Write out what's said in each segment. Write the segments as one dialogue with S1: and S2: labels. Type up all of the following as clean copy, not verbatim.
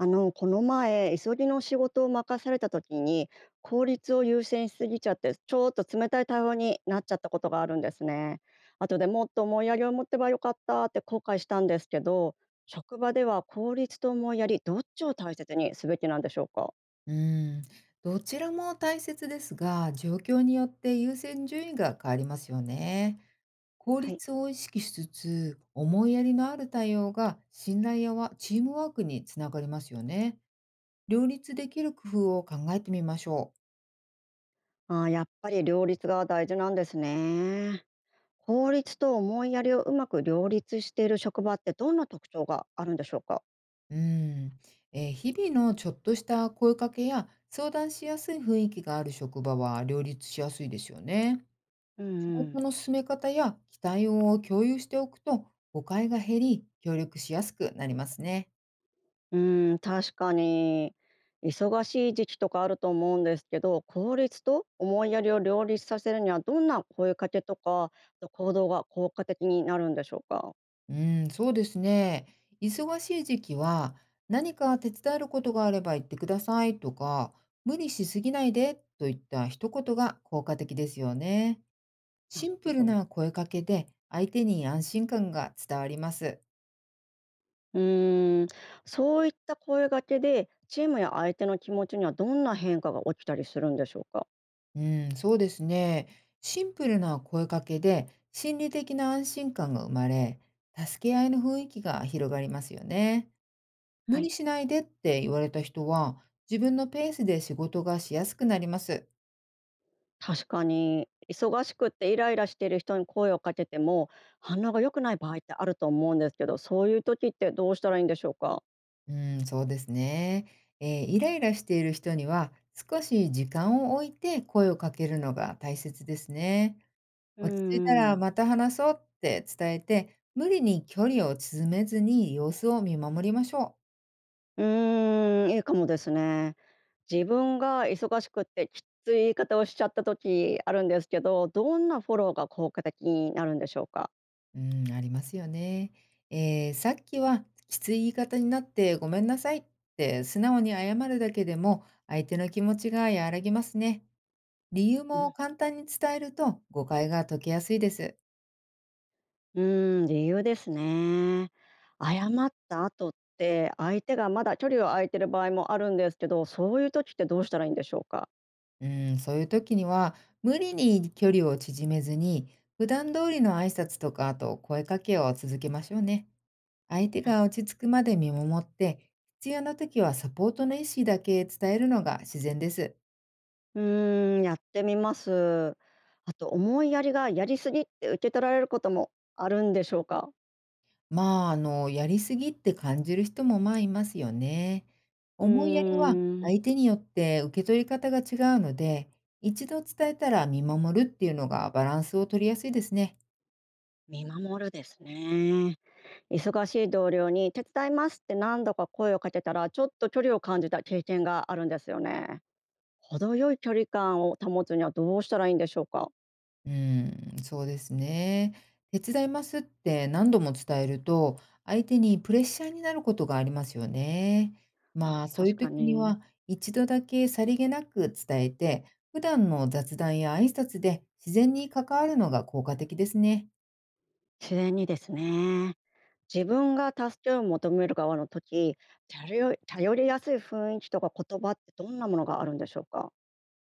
S1: この前急ぎの仕事を任された時に効率を優先しすぎちゃってちょっと冷たい対応になっちゃったことがあるんですね。後でもっと思いやりを持ってばよかったって後悔したんですけど、職場では効率と思いやりどっちを大切にすべきなんでしょうか？
S2: うーん、どちらも大切ですが、状況によって優先順位が変わりますよね。効
S1: はい。
S2: 率を意識しつつ、思いやりのある対応が信頼やわチームワークにつながりますよね。両立できる工夫を考えてみましょ
S1: あー、やっぱり両立が大事なんですね。効率と思いやりをうまく両立している職場ってどんな特徴があるんでしょうか？
S2: う。ん、日々のちょっとした声かけや相談しやすい雰囲気がある職場は両立しやすいですよね。
S1: うん
S2: 仕
S1: う
S2: 事
S1: ん。
S2: の進め方や期待を共有しておくと誤解が減り協力しやすくなりますね。
S1: うん、確かに。忙しい時期とかあると思うんですけど、効率と思いやりを両立させるには、どんな声かけとか、あと行動が効果的になるんでしょうか？
S2: うん、そうですね。忙しい時期は何か手伝えることがあれば言ってくださいとか無理しすぎないでといった一言が効果的ですよね。
S1: な
S2: シ
S1: る
S2: ン
S1: ほ
S2: プル
S1: ど。
S2: な声かけで相手に安心感が伝わります。
S1: うーん、そういった声掛けで、チームや相手の気持ちにはどんな変化が起きたりするんでしょうか？
S2: うん、そうですね。シンプルな声かけで心理的な安心感が生まれ、助け合いの雰囲気が広がりますよね。
S1: は
S2: 無理
S1: い。
S2: しないでって言われた人は、自分のペースで仕事がしやすくなります。
S1: 確かに、忙しくってイライラしている人に声をかけても、反応が良くない場合ってあると思うんですけど、そういう時ってどうしたらいいんでしょうか？
S2: うん、そうですね。イライラしている人には、少し時間を置いて声をかけるのが大切ですね。
S1: うー
S2: 落ち着いたら
S1: ん。
S2: また話そうって伝えて、無理に距離を縮めずに様子を見守りましょう。
S1: うーん、いいかもですね。自分が忙しくってきつい言い方をしちゃった時あるんですけど、どんなフォローが効果的になるんでしょうか？
S2: うん、ありますよね。ええ、さっきはきつい言い方になってごめんなさいって素直に謝るだけでも相手の気持ちが和らぎますね。理由
S1: う
S2: も
S1: ん。
S2: 簡単に伝えると誤解が解けやすいです。
S1: うーん、理由ですね。謝った後って、相手がまだ距離を空いてる場合もあるんですけど、そういう時ってどうしたらいいんでしょうか？
S2: うん、そういう時には無理に距離を縮めずに普段通りの挨拶とかあと声かけを続けましょうね。相手
S1: はい。
S2: が落ち着くまで見守って必要な時はサポートの意思だけ伝えるのが自然です。
S1: うーん、やってみます。あと思いやりがやりすぎって受け取られることもあるんでしょうか？
S2: まあ、やりすぎって感じる人も、まあ、いますよね。
S1: うー
S2: 思いやりは
S1: ん、
S2: 相手によって受け取り方が違うので、一度伝えたら見守るっていうのがバランスを取りやすいですね。
S1: 見守るですね。忙しい同僚に「手伝います」って何度か声をかけたらちょっと距離を感じた経験があるんですよね。程よい距離感を保つにはどうしたらいいんでしょうか？
S2: うーん、そうですね。手伝いますって何度も伝えると、相手にプレッシャーになることがありますよね。ま
S1: あ
S2: あ、
S1: あ、
S2: そうい
S1: 確
S2: う
S1: か
S2: 時に
S1: に。
S2: は、一度だけさりげなく伝えて、普段の雑談や挨拶で自然に関わるのが効果的ですね。
S1: 自然にですね。自分が助けを求める側の時、頼りやすい雰囲気とか言葉ってどんなものがあるんでしょうか？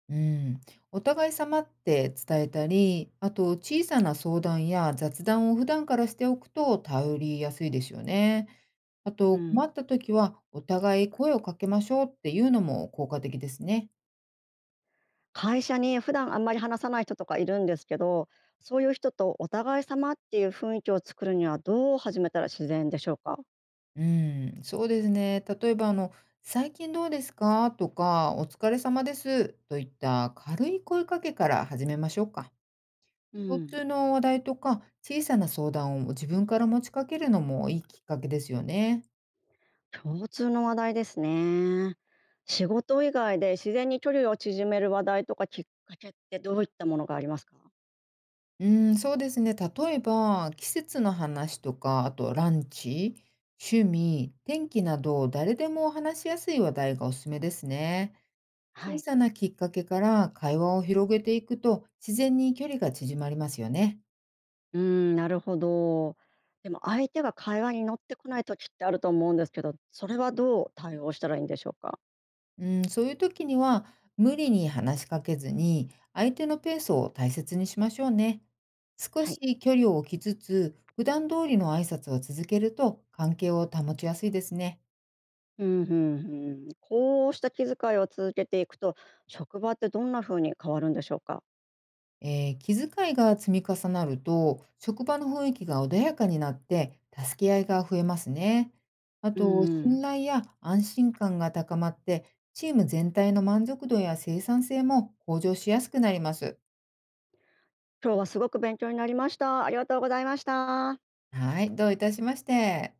S2: うん、お互い様って伝えたり、あと小さな相談や雑談を普段からしておくと頼りやすいですよね。あ
S1: う
S2: と困っ
S1: ん。
S2: た時はお互い声をかけましょうっていうのも効果的ですね。
S1: 会社に普段あんまり話さない人とかいるんですけど、そういう人とお互い様っていう雰囲気を作るにはどう始めたら自然でしょうか？
S2: うん、そうですね。例えば最近どうですかとか、お疲れ様ですといった軽い声かけから始めましょうか。
S1: う
S2: 共
S1: ん。
S2: 通の話題とか小さな相談を自分から持ちかけるのもいいきっかけですよね。
S1: 共通の話題ですね。仕事以外で自然に距離を縮める話題とかきっかけってどういったものがありますか？
S2: うーん、そうですね。例えば、季節の話とか、あとランチ、趣味、天気など、誰でも話しやすい話題がおすすめですね。
S1: は
S2: 小
S1: い。
S2: さなきっかけから会話を広げていくと、自然に距離が縮まりますよね。
S1: うーん、なるほど。でも相手が会話に乗ってこない時ってあると思うんですけど、それはどう対応したらいいんでしょうか？
S2: うん、そういう時には、無理に話しかけずに、相手のペースを大切にしましょうね。少
S1: はい。
S2: し距離を置きつつ、普段通りの挨拶を続けると、関係を保ちやすいですね。
S1: うん、うんうん。こうした気遣いを続けていくと、職場ってどんな風に変わるんでしょうか？
S2: 気遣いが積み重なると、職場の雰囲気が穏やかになって、助け合いが増えますね。あ
S1: う
S2: と、
S1: んうん。
S2: 信頼や安心感が高まって、チーム全体の満足度や生産性も向上しやすくなります。
S1: 今日はすごく勉強になりました。ありがとうございました。
S2: はい、どういたしまして。